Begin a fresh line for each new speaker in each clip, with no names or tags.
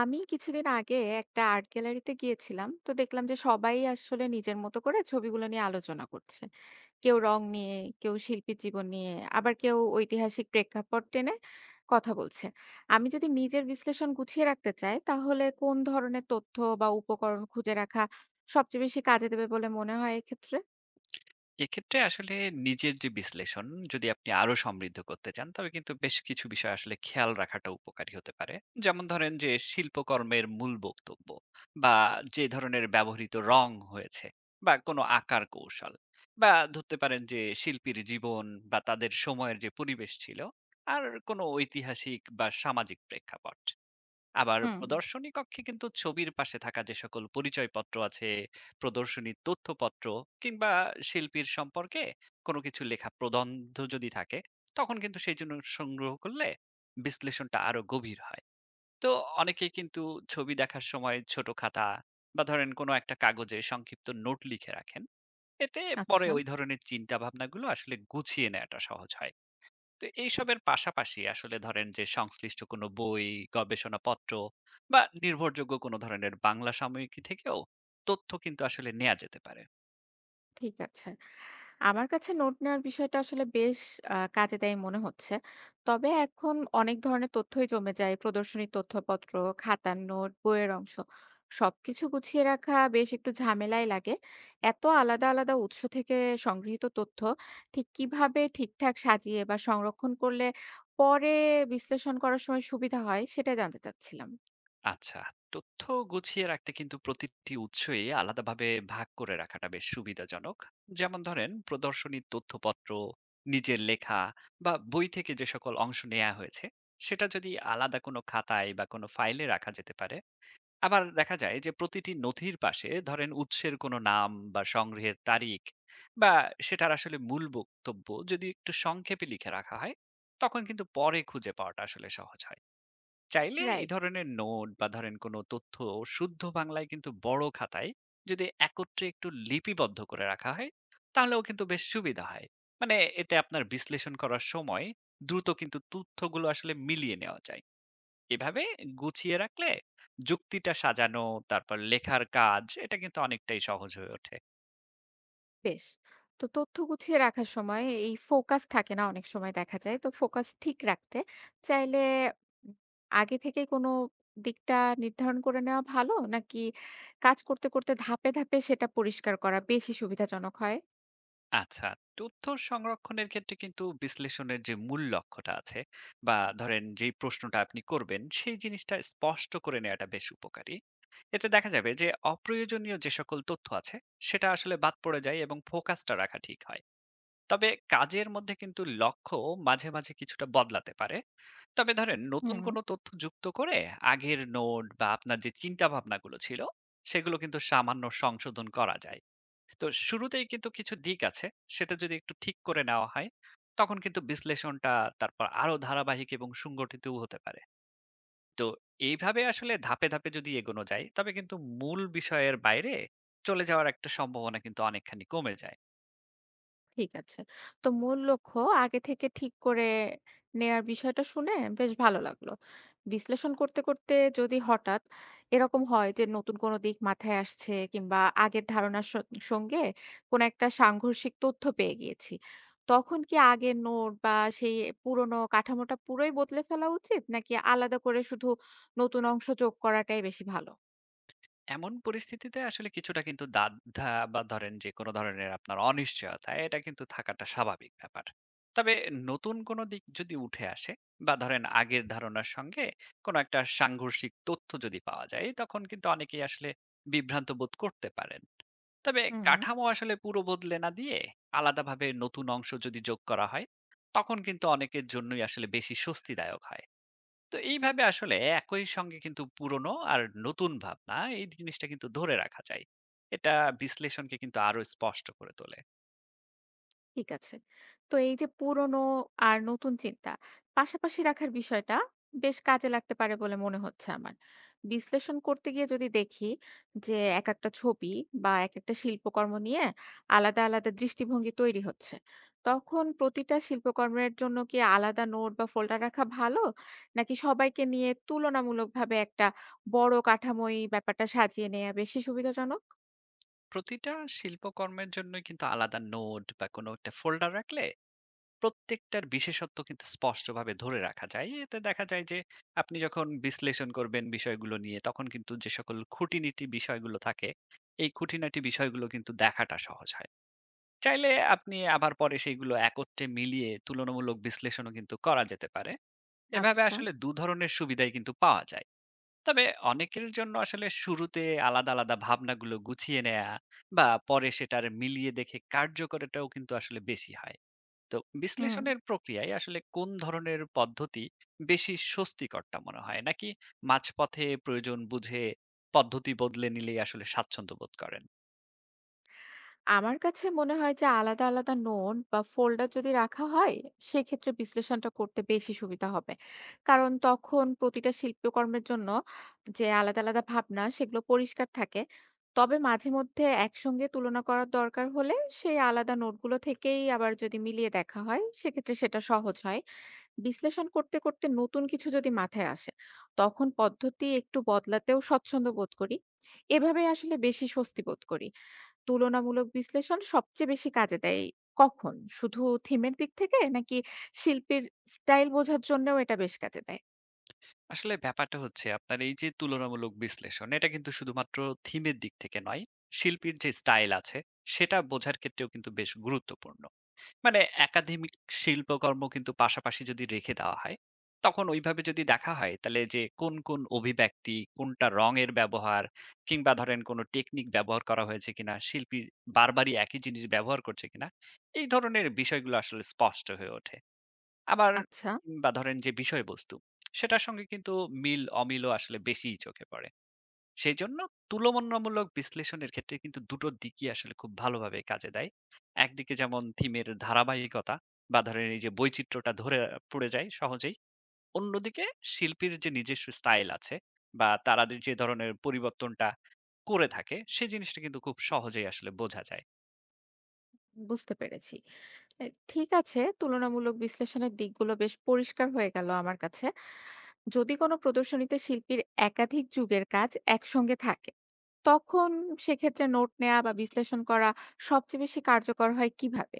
আমি কিছুদিন আগে একটা আর্ট গ্যালারিতে গিয়েছিলাম, তো দেখলাম যে সবাই আসলে নিজের মতো করে ছবিগুলো নিয়ে আলোচনা করছে। কেউ রং নিয়ে, কেউ শিল্পীর জীবন নিয়ে, আবার কেউ ঐতিহাসিক প্রেক্ষাপট টেনে কথা বলছে। আমি যদি নিজের বিশ্লেষণ গুছিয়ে রাখতে চাই, তাহলে কোন ধরনের তথ্য বা উপকরণ খুঁজে রাখা সবচেয়ে বেশি কাজে দেবে বলে মনে হয় এক্ষেত্রে?
এক্ষেত্রে আসলে নিজের যে বিশ্লেষণ যদি আপনি আরো সমৃদ্ধ করতে চান তবে কিন্তু বেশ কিছু বিষয় আসলে খেয়াল রাখাটা উপকারী হতে পারে। যেমন ধরেন যে শিল্পকর্মের মূল বক্তব্য বা যে ধরনের ব্যবহৃত রং হয়েছে বা কোনো আকার কৌশল বা ধরতে পারেন যে শিল্পীর জীবন বা তাদের সময়ের যে পরিবেশ ছিল আর কোনো ঐতিহাসিক বা সামাজিক প্রেক্ষাপট। আবার
হুম।
প্রদর্শনী কক্ষে কিন্তু ছবির পাশে থাকা যে সকল পরিচয়পত্র আছে, প্রদর্শনীর তথ্যপত্র কিংবা শিল্পীর সম্পর্কে কোনো কিছু লেখা প্রবন্ধ যদি থাকে, তখন কিন্তু সেইজন্য সংগ্রহ করলে বিশ্লেষণটা আরো গভীর হয়। তো অনেকেই কিন্তু ছবি দেখার সময় ছোট খাতা বা ধরেন কোনো একটা কাগজে সংক্ষিপ্ত নোট লিখে রাখেন। এতে পরে
আচ্ছা।
ওই ধরনের চিন্তা ভাবনাগুলো আসলে গুছিয়ে নেয়াটা সহজ হয়। তো এইসবের পাশাপাশি আসলে ধরেন যে সংশ্লিষ্ট কোনো বই, গবেষণাপত্র বা নির্ভরযোগ্য কোনো ধরনের বাংলা সাময়িকী থেকেও তথ্য কিন্তু আসলে নেয়া যেতে পারে।
ঠিক আছে। আমার কাছে নোট নেওয়ার বিষয়টা আসলে বেশ কাজে দেয় মনে হচ্ছে। তবে এখন অনেক ধরনের তথ্যই জমে যায়। প্রদর্শনী তথ্যপত্র, খাতার নোট, বইয়ের অংশ। সবকিছু গুছিয়ে রাখা বেশ একটু ঝামেলাই লাগে। এত আলাদা, আলাদা উৎস থেকে সংগৃহীত তথ্য ঠিক কিভাবে ঠিকঠাক সাজিয়ে বা সংরক্ষণ করলে পরে বিশ্লেষণ করার সময় সুবিধা হয়, সেটা জানতে চাচ্ছিলাম।
আচ্ছা, তথ্য গুছিয়ে রাখতে কিন্তু প্রতিটি উৎসই আলাদাভাবে ভাগ করে রাখাটা বেশ সুবিধাজনক। যেমন ধরেন প্রদর্শনী তথ্যপত্র, নিজের লেখা বা বই থেকে যে সকল অংশ নেয়া হয়েছে, সেটা যদি আলাদা কোনো খাতায় বা কোনো ফাইলে রাখা যেতে পারে। আবার দেখা যায় যে প্রতিটি নথির পাশে ধরেন উৎসের কোনো নাম বা সংগ্রহের তারিখ বা সেটার আসলে মূল বক্তব্য যদি একটু সংক্ষেপে লিখে রাখা হয় তখন কিন্তু পরে খুঁজে পাওয়াটা আসলে সহজ হয়। চাইলে এই
রাইট।
ধরনের নোট বা ধরেন কোনো তথ্য শুদ্ধ বাংলায় কিন্তু বড় খাতায় যদি একত্রে একটু লিপিবদ্ধ করে রাখা হয় তাহলেও কিন্তু বেশ সুবিধা হয়। মানে এতে আপনার বিশ্লেষণ করার সময় দ্রুত কিন্তু তথ্যগুলো আসলে মিলিয়ে নেওয়া যায়। এভাবে গুছিয়ে রাখলে যুক্তিটা সাজানো তারপর লেখার কাজ এটা কিন্তু অনেকটাই সহজ হয়ে ওঠে।
বেশ। তো তথ্য গুছিয়ে রাখার সময় এই ফোকাস থাকে না, অনেক সময় দেখা যায়। তো ফোকাস ঠিক রাখতে চাইলে উম আগে থেকে কোনো দিকটা নির্ধারণ করে নেওয়া ভালো? নাকি কাজ করতে, করতে ধাপে, ধাপে সেটা পরিষ্কার করা বেশি সুবিধাজনক হয়?
আচ্ছা, তথ্য সংরক্ষণের ক্ষেত্রে কিন্তু বিশ্লেষণের যে মূল লক্ষ্যটা আছে বা ধরেন যে প্রশ্নটা আপনি করবেন সেই জিনিসটা স্পষ্ট করে নেওয়াটা বেশ উপকারী। এতে দেখা যাবে যে অপ্রয়োজনীয় যে সকল তথ্য আছে সেটা আসলে বাদ পড়ে যায় এবং ফোকাসটা রাখা ঠিক হয়। তবে কাজের মধ্যে কিন্তু লক্ষ্য মাঝে মাঝে কিছুটা বদলাতে পারে। তবে ধরেন নতুন
হুম।
কোনো তথ্য যুক্ত করে আগের নোট বা আপনার যে চিন্তা ভাবনাগুলো ছিল সেগুলো কিন্তু সামান্য সংশোধন করা যায়। তো শুরুতেই কিন্তু কিছু দিক আছে সেটা যদি একটু ঠিক করে নেওয়া হয় তখন কিন্তু বিশ্লেষণটা তারপর আরো ধারাবাহিক এবং সংগঠিতও হতে পারে। তো এইভাবে আসলে ধাপে ধাপে যদি এগোনো যায় তবে কিন্তু মূল বিষয়ের বাইরে চলে যাওয়ার একটা সম্ভাবনা কিন্তু অনেকখানি কমে যায়।
ঠিক আছে। তো মূল লক্ষ্য আগে থেকে ঠিক করে নেয়ার বিষয়টা শুনে বেশ ভালো লাগলো। বিশ্লেষণ করতে, করতে যদি হঠাৎ এরকম হয় যে নতুন কোনো দিক মাথায় আসছে, কিংবা আগের ধারণার সঙ্গে কোনো একটা সাংঘর্ষিক তথ্য পেয়ে গিয়েছি। তখন কি আগের নোট বা সেই পুরনো কাঠামোটা পুরোই বদলে ফেলা উচিত? নাকি আলাদা করে শুধু নতুন অংশ যোগ করাটাই বেশি ভালো?
এমন পরিস্থিতিতে আসলে কিছুটা কিন্তু দ্বাধা বা ধরেন যে কোনো ধরনের আপনার অনিশ্চয়তা এটা কিন্তু থাকাটা স্বাভাবিক ব্যাপার। তবে নতুন কোনো দিক যদি উঠে আসে বা ধরেন আগের ধারণার সঙ্গে কোনো একটা সাংঘর্ষিক তথ্য যদি পাওয়া যায় তখন কিন্তু অনেকেই আসলে বিভ্রান্ত বোধ করতে পারেন। তবে
হুম।
কাঠামো আসলে পুরো বদলে না দিয়ে আলাদাভাবে নতুন অংশ যদি যোগ করা হয় তখন কিন্তু অনেকের জন্যই আসলে বেশি স্বস্তিদায়ক হয়। তো এইভাবে আসলে একই সঙ্গে কিন্তু পুরনো আর নতুন ভাবনা এই জিনিসটা কিন্তু ধরে রাখা যায়। এটা বিশ্লেষণকে কিন্তু আরো স্পষ্ট করে তোলে।
ঠিক আছে। তো এই যে পুরনো আর নতুন চিন্তা পাশাপাশি রাখার বিষয়টা বেশ কাজে লাগতে পারে বলে মনে হচ্ছে আমার। বিশ্লেষণ করতে গিয়ে যদি দেখি যে একেকটা ছবি বা একেকটা শিল্পকর্ম নিয়ে আলাদা, আলাদা দৃষ্টিভঙ্গি তৈরি হচ্ছে। তখন প্রতিটা শিল্পকর্মের জন্য কি আলাদা নোট বা ফোল্ডার রাখা ভালো? নাকি সবাইকে নিয়ে তুলনামূলকভাবে একটা বড় কাঠামোই ব্যাপারটা সাজিয়ে নেয়া বেশি সুবিধাজনক?
প্রতিটা শিল্পকর্মের জন্য কিন্তু আলাদা নোট বা কোনো একটা ফোল্ডার রাখলে প্রত্যেকটার বিশেষত্ব কিন্তু স্পষ্টভাবে ধরে রাখা যায়। এতে দেখা যায় যে আপনি যখন বিশ্লেষণ করবেন বিষয়গুলো নিয়ে তখন কিন্তু যে সকল খুঁটিনীতি বিষয়গুলো থাকে এই খুঁটিনাটি বিষয়গুলো কিন্তু দেখাটা সহজ হয়। চাইলে আপনি আবার পরে সেইগুলো একত্রে মিলিয়ে তুলনামূলক বিশ্লেষণও কিন্তু করা যেতে পারে। এভাবে
আচ্ছা।
আসলে ২ ধরনের সুবিধাই কিন্তু পাওয়া যায়। তবে অনেকের জন্য আসলে শুরুতে আলাদা, আলাদা ভাবনাগুলো গুছিয়ে নেয়া বা পরে সেটার মিলিয়ে দেখে কার্যকরটাও কিন্তু আসলে বেশি হয়। তো
হুম।
বিশ্লেষণের প্রক্রিয়ায় আসলে কোন ধরনের পদ্ধতি বেশি স্বস্তিকরটা মনে হয়? নাকি মাঝপথে প্রয়োজন বুঝে পদ্ধতি বদলে নিলেই আসলে স্বাচ্ছন্দ্য বোধ করেন?
আমার কাছে মনে হয় যে আলাদা, আলাদা নোট বা ফোল্ডার যদি রাখা হয়, সেক্ষেত্রে বিশ্লেষণটা করতে বেশি সুবিধা হবে। কারণ তখন প্রতিটা শিল্পকর্মের জন্য যে আলাদা, আলাদা ভাবনা, সেগুলো পরিষ্কার থাকে। তবে মাঝে মধ্যে একসঙ্গে তুলনা করার দরকার হলে সেই আলাদা নোটগুলো থেকেই আবার যদি মিলিয়ে দেখা হয়, সেক্ষেত্রে সেটা সহজ হয়। বিশ্লেষণ করতে, করতে নতুন কিছু যদি মাথায় আসে, তখন পদ্ধতি একটু বদলাতেও স্বচ্ছন্দ বোধ করি। এভাবেই আসলে বেশি স্বস্তি বোধ করি। তুলনামূলক বিশ্লেষণ সবচেয়ে বেশি কাজে দেয় কখন? শুধু থিমের দিক থেকে, নাকি শিল্পীর স্টাইল বোঝার জন্যও এটা বেশ কাজে দেয়?
আসলে ব্যাপারটা হচ্ছে আপনার এই যে তুলনামূলক বিশ্লেষণ এটা কিন্তু শুধুমাত্র থিমের দিক থেকে নয়, শিল্পীর যে স্টাইল আছে সেটা বোঝার ক্ষেত্রেও কিন্তু বেশ গুরুত্বপূর্ণ। মানে একাডেমিক শিল্পকর্ম কিন্তু পাশাপাশি যদি রেখে দেওয়া হয় তখন ওইভাবে যদি দেখা হয় তাহলে যে কোন কোন অভিব্যক্তি কোনটা রঙের ব্যবহার কিংবা ধরেন কোনো টেকনিক ব্যবহার করা হয়েছে কিনা শিল্পী বারবারই একই জিনিস ব্যবহার করছে কিনা এই ধরনের বিষয়গুলো আসলে স্পষ্ট হয়ে ওঠে। আবার
আচ্ছা,
কিংবা ধরেন যে বিষয়বস্তু, সেটার সঙ্গে কিন্তু মিল-অমিলও আসলে বেশিই চোখে পড়ে। সেজন্য তুলনামূলক বিশ্লেষণের ক্ষেত্রে কিন্তু ২ টো দিকই আসলে খুব ভালোভাবে কাজে দেয়। একদিকে যেমন থিমের ধারাবাহিকতা বা ধরেন এই যে বৈচিত্র্যটা ধরে পড়ে যায় সহজেই। অন্যদিকে শিল্পীর যে নিজস্ব স্টাইল আছে বা তারা যে ধরনের পরিবর্তনটা করে থাকে, সে জিনিসটা কিন্তু খুব সহজেই আসলে বোঝা যায়।
বুঝতে পেরেছি। এ ঠিক আছে, তুলনামূলক বিশ্লেষণের দিকগুলো বেশ পরিষ্কার হয়ে গেল আমার কাছে। যদি কোনো প্রদর্শনীতে শিল্পীর একাধিক যুগের কাজ একসঙ্গে থাকে, তখন সেক্ষেত্রে নোট নেয়া বা বিশ্লেষণ করা সবচেয়ে বেশি কার্যকর হয় কিভাবে?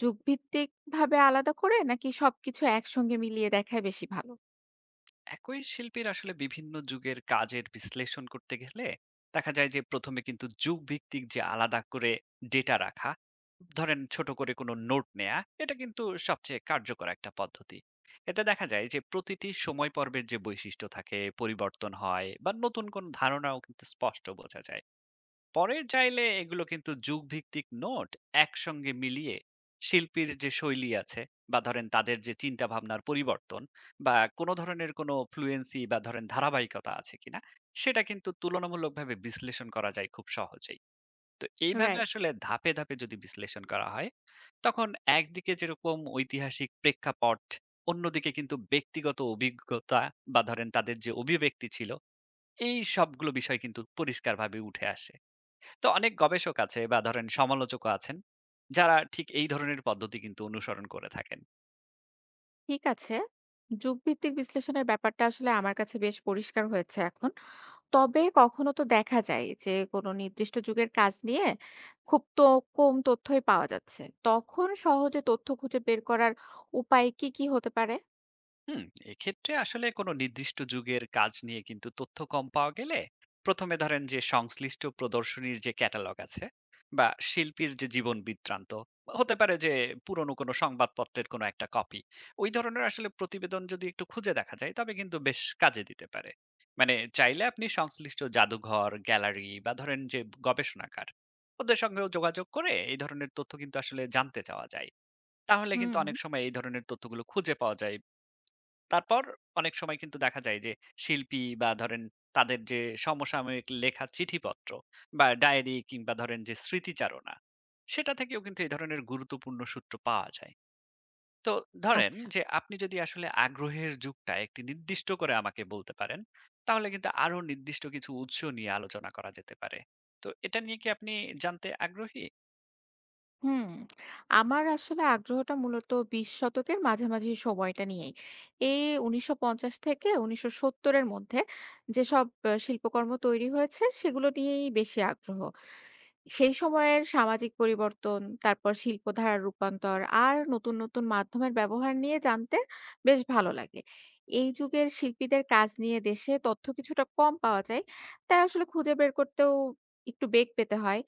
যুগভিত্তিকভাবে আলাদা করে, নাকি সবকিছু একসঙ্গে মিলিয়ে দেখাই বেশি ভালো?
একই শিল্পীর আসলে বিভিন্ন যুগের কাজের বিশ্লেষণ করতে গেলে দেখা যায় যে প্রথমে কিন্তু যুগ ভিত্তিক যে আলাদা করে ডেটা রাখা ধরেন ছোট করে কোনো নোট নেয়া এটা কিন্তু সবচেয়ে কার্যকর একটা পদ্ধতি। এতে দেখা যায় যে প্রতিটি সময় পর্বের যে বৈশিষ্ট্য থাকে পরিবর্তন হয় বা নতুন কোন ধারণাও কিন্তু স্পষ্ট বোঝা যায়। পরে চাইলে এগুলো কিন্তু যুগভিত্তিক নোট একসঙ্গে মিলিয়ে শিল্পীর যে শৈলী আছে বা ধরেন তাদের যে চিন্তা ভাবনার পরিবর্তন বা কোনো ধরনের কোনো ফ্লুয়েন্সি বা ধরেন ধারাবাহিকতা আছে কিনা সেটা কিন্তু তুলনামূলকভাবে বিশ্লেষণ করা যায় খুব সহজেই। তো এইভাবে
রাইট।
আসলে ধাপে ধাপে যদি বিশ্লেষণ করা হয় তখন একদিকে যেরকম ঐতিহাসিক প্রেক্ষাপট অন্যদিকে কিন্তু ব্যক্তিগত অভিজ্ঞতা বা ধরেন তাদের যে অভিব্যক্তি ছিল এই সবগুলো বিষয় কিন্তু পরিষ্কারভাবে উঠে আসে। তো অনেক গবেষক আছে বা ধরেন সমালোচকও আছেন, যারা ঠিক এই ধরনের পদ্ধতি কিন্তু অনুসরণ করে থাকেন।
ঠিক আছে। যুগভিত্তিক বিশ্লেষণের ব্যাপারটা আসলে আমার কাছে বেশ পরিষ্কার হয়েছে এখন। তবে কখনো তো দেখা যায় যে কোনো নির্দিষ্ট যুগের কাজ নিয়ে খুব তো কম তথ্যই পাওয়া যাচ্ছে। তখন সহজে তথ্য খুঁজে বের করার উপায় কি, কি হতে পারে?
হুম, এক্ষেত্রে আসলে কোনো নির্দিষ্ট যুগের কাজ নিয়ে কিন্তু তথ্য কম পাওয়া গেলে প্রথমে ধরেন যে সংশ্লিষ্ট প্রদর্শনীর যে ক্যাটালগ আছে বা শিল্পীর যে জীবন বৃত্তান্ত হতে পারে যে পুরনো কোনো সংবাদপত্রের কোনো একটা কপি ওই ধরনের আসলে প্রতিবেদন যদি একটু খুঁজে দেখা যায় তবে কিন্তু বেশ কাজে দিতে পারে। মানে চাইলে আপনি সংশ্লিষ্ট জাদুঘর গ্যালারি বা ধরেন যে গবেষণাগার ওদের সঙ্গেও যোগাযোগ করে এই ধরনের তথ্য কিন্তু আসলে জানতে চাওয়া যায়। তাহলে কিন্তু
হুম,
অনেক সময় এই ধরনের তথ্যগুলো খুঁজে পাওয়া যায়। তারপর অনেক সময় কিন্তু দেখা যায় যে শিল্পী বা ধরেন তাদের যে সমসাময়িক লেখা চিঠিপত্র বা ডায়েরি কিংবা ধরেন যে স্মৃতিচারণা সেটা থেকেও কিন্তু এই ধরনের গুরুত্বপূর্ণ সূত্র পাওয়া যায়। তো ধরেন
আচ্ছা।
যে আপনি যদি আসলে আগ্রহের যুগটা একটি নির্দিষ্ট করে আমাকে বলতে পারেন তাহলে কিন্তু আরো নির্দিষ্ট কিছু উৎস নিয়ে আলোচনা করা যেতে পারে। তো এটা নিয়ে কি আপনি জানতে আগ্রহী?
হুম, আমার আসলে আগ্রহটা মূলত ২০ শতকের মাঝামাঝি সময়টা নিয়েই। এই ১৯৫০ থেকে ১৯৭০ এর মধ্যে যেসব শিল্পকর্ম তৈরি হয়েছে সেগুলো নিয়েই বেশি আগ্রহ। সেই সময়ের সামাজিক পরিবর্তন, তারপর শিল্পধারার রূপান্তর আর নতুন, নতুন মাধ্যমের ব্যবহার নিয়ে জানতে বেশ ভালো লাগে। এই যুগের শিল্পীদের কাজ নিয়ে দেশে তথ্য কিছুটা কম পাওয়া যায়। তাই আসলে খুঁজে বের করতেও একটু বেগ পেতে হয়।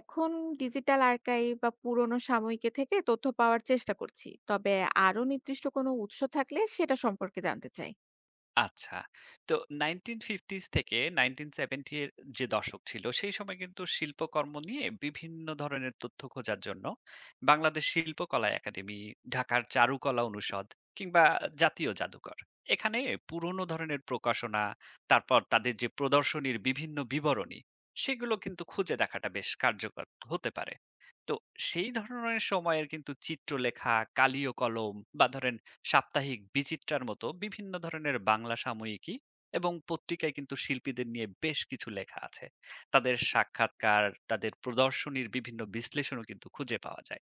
এখন ডিজিটাল আর্কাইভ বা পুরনো সাময়িকী থেকে তথ্য পাওয়ার চেষ্টা করছি। তবে আরো নির্দিষ্ট কোনো উৎস থাকলে সেটা সম্পর্কে জানতে চাই।
আচ্ছা। তো 1950s থেকে 1970 এর যে দশক ছিল, সেই সময় কিন্তু শিল্পকর্ম নিয়ে বিভিন্ন ধরনের তথ্য খোঁজার জন্য বাংলাদেশ শিল্পকলা একাডেমি, ঢাকার চারুকলা অনুষদ কিংবা জাতীয় জাদুঘর। এখানে পুরনো ধরনের প্রকাশনা, তারপর তাদের যে প্রদর্শনীর বিভিন্ন বিবরণী, সেগুলো কিন্তু খুঁজে দেখাটা বেশ কার্যকর হতে পারে। তো সেই ধরনের সময়ের কিন্তু চিত্রলেখা, কালীয় কলম বা ধরেন সাপ্তাহিক বিচিত্রার মতো বিভিন্ন ধরনের বাংলা সাময়িকী এবং পত্রিকায় কিন্তু শিল্পীদের নিয়ে বেশ কিছু লেখা আছে। তাদের সাক্ষাৎকার তাদের প্রদর্শনীর বিভিন্ন বিশ্লেষণও কিন্তু খুঁজে পাওয়া যায়।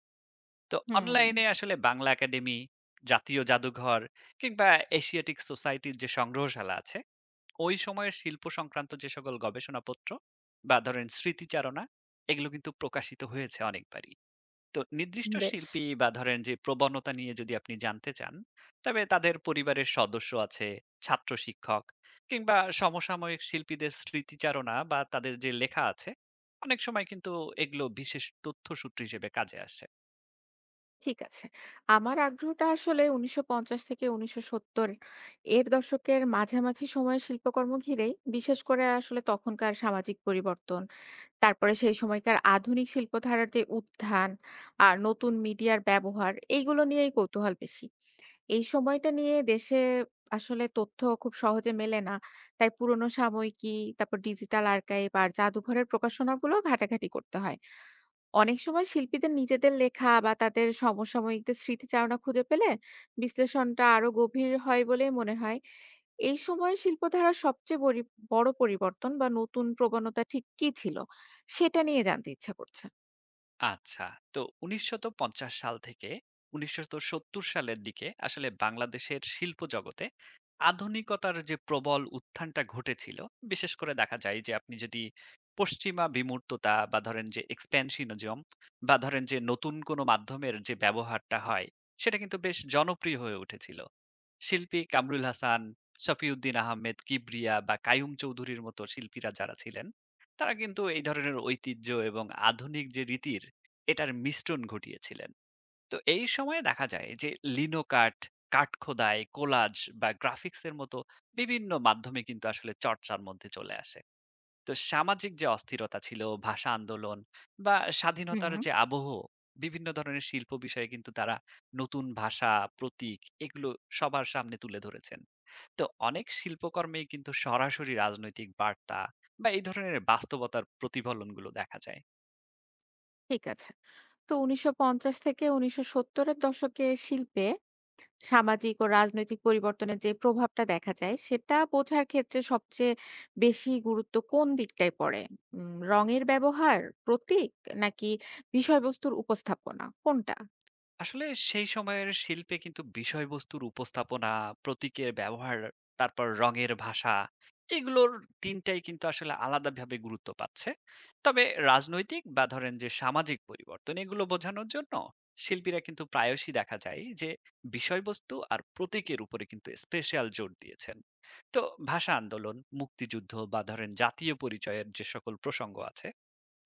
তো
হুম।
অনলাইনে আসলে বাংলা একাডেমি, জাতীয় জাদুঘর কিংবা এশিয়াটিক সোসাইটির যে সংগ্রহশালা আছে ওই সময়ের শিল্প সংক্রান্ত যে সকল গবেষণাপত্র বা ধরেন স্মৃতিচারণা এগুলো কিন্তু প্রকাশিত হয়েছে অনেকবারই। তো নির্দিষ্ট
বেশ।
শিল্পী বা ধরেন যে প্রবণতা নিয়ে যদি আপনি জানতে চান তবে তাদের পরিবারের সদস্য আছে, ছাত্র শিক্ষক কিংবা সমসাময়িক শিল্পীদের স্মৃতিচারণা বা তাদের যে লেখা আছে অনেক সময় কিন্তু এগুলো বিশেষ তথ্যসূত্র হিসেবে কাজে আসে।
ঠিক আছে। আমার আগ্রহটা আসলে ১৯৫০ থেকে ১৯৭০ এর দশকের মাঝামাঝি সময়ে শিল্পকর্ম ঘিরেই, বিশেষ করে আসলে তখনকার সামাজিক পরিবর্তন, তারপরে সেই সময়কার আধুনিক শিল্পধারার যে উত্থান আর নতুন মিডিয়ার ব্যবহার, এইগুলো নিয়েই কৌতূহল বেশি। এই সময়টা নিয়ে দেশে আসলে তথ্য খুব সহজে মেলে না। তাই পুরনো সাময়িকী, তারপর ডিজিটাল আর্কাইভ আর জাদুঘরের প্রকাশনাগুলো ঘাটাঘাটি করতে হয়। অনেক সময় শিল্পীদের নিজেদের লেখা বা তাদের সমসাময়িকদের স্মৃতিচারণা খুঁজে পেলে বিশ্লেষণটা আরো গভীর হয় বলেই মনে হয়। এই সময়ে শিল্পধারার সবচেয়ে বড় পরিবর্তন বা নতুন প্রবণতা ঠিক কী ছিল? সেটা নিয়ে জানতে ইচ্ছা করছে।
আচ্ছা। তো ১৯৫০ সাল থেকে ১৯৭০ সালের দিকে আসলে বাংলাদেশের শিল্প জগতে আধুনিকতার যে প্রবল উত্থানটা ঘটেছিল, বিশেষ করে দেখা যায় যে আপনি যদি পশ্চিমা বিমূর্ততা বা ধরেন যে expansionism বা ধরেন যে নতুন কোনো মাধ্যমের যে ব্যবহারটা হয়, সেটা কিন্তু বেশ জনপ্রিয় হয়ে উঠেছিল। শিল্পী কামরুল হাসান, শফিউদ্দিন আহমেদ কিবরিয়া বা কাইয়ুম চৌধুরীর মতো শিল্পীরা যারা ছিলেন, তারা কিন্তু এই ধরনের ঐতিহ্য এবং আধুনিক যে রীতির এটার মিশ্রণ ঘটিয়েছিলেন। তো এই সময়ে দেখা যায় যে লিনো কাট, কাঠ খোদাই, কোলাজ বা গ্রাফিক্স এর মতো বিভিন্ন মাধ্যমে কিন্তু আসলে চর্চার মধ্যে চলে আসে। তো সামাজিক যে অস্থিরতা ছিল, ভাষা আন্দোলন বা
হুম।
স্বাধীনতার যে আবহ, বিভিন্ন ধরনের শিল্প বিষয়ে কিন্তু তারা নতুন ভাষা, প্রতীক এগুলো সবার সামনে তুলে ধরেছেন। তো অনেক শিল্পকর্মেই কিন্তু সরাসরি রাজনৈতিক বার্তা বা এই ধরনের বাস্তবতার প্রতিফলনগুলো দেখা যায়।
ঠিক আছে। তো ১৯৫০ থেকে ১৯৭০ এর দশকে শিল্পে সামাজিক ও রাজনৈতিক পরিবর্তনের যে প্রভাবটা দেখা যায় সেটা বোঝার ক্ষেত্রে সবচেয়ে বেশি গুরুত্ব কোন দিকটায় পড়ে? রঙের ব্যবহার, প্রতীক, নাকি বিষয়বস্তুর উপস্থাপনা কোনটা?
আসলে সেই সময়ের শিল্পে কিন্তু বিষয়বস্তুর উপস্থাপনা, প্রতীকের ব্যবহার, তারপর রঙের ভাষা এগুলোর ৩ টাই কিন্তু আসলে আলাদাভাবে গুরুত্ব পাচ্ছে। তবে রাজনৈতিক বা ধরেন যে সামাজিক পরিবর্তন এগুলো বোঝানোর জন্য শিল্পীরা কিন্তু প্রায়শই দেখা যায় যে বিষয়বস্তু আর প্রতীকের উপরে কিন্তু স্পেশাল জোর দিয়েছেন। তো ভাষা আন্দোলন, মুক্তিযুদ্ধ বা ধরেন জাতীয় পরিচয়ের যে সকল প্রসঙ্গ আছে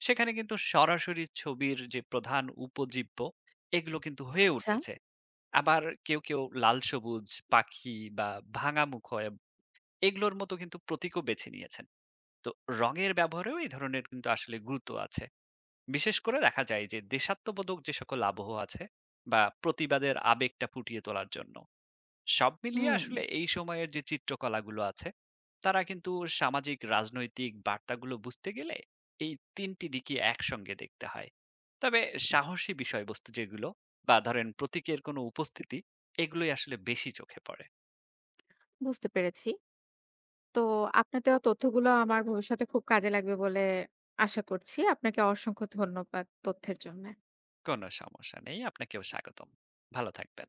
সেখানে কিন্তু সরাসরি ছবির যে প্রধান উপজীব্য এগুলো কিন্তু হয়ে
আচ্ছা।
উঠেছে। আবার কেউ কেউ লাল সবুজ, পাখি বা ভাঙা মুখয় এগুলোর মতো কিন্তু প্রতীকও বেছে নিয়েছেন। তো রঙের ব্যবহারেও এই ধরনের কিন্তু আসলে গুরুত্ব আছে। বিশেষ করে দেখা যায় যে দেশাত্মবোধক যে সকল আবহ আছে বা প্রতিবাদের আবেগটা ফুটিয়ে তোলার জন্য। সব মিলিয়ে
হুম।
আসলে এই সময়ের যে চিত্রকলাগুলো আছে তারা কিন্তু সামাজিক রাজনৈতিক বার্তাগুলো বুঝতে গেলে এই তিনটি দিকই একসঙ্গে দেখতে হয়। তবে সাহসী বিষয়বস্তু যেগুলো বা ধরেন প্রতীকের কোনো উপস্থিতি এগুলোই আসলে বেশি চোখে পড়ে।
বুঝতে পেরেছি। তো আপনার দেওয়া তথ্যগুলো আমার ভবিষ্যতে খুব কাজে লাগবে বলে আশা করছি। আপনাকে অসংখ্য ধন্যবাদ তথ্যের জন্য।
কোনো সমস্যা নেই, আপনাকেও স্বাগতম। ভালো থাকবেন।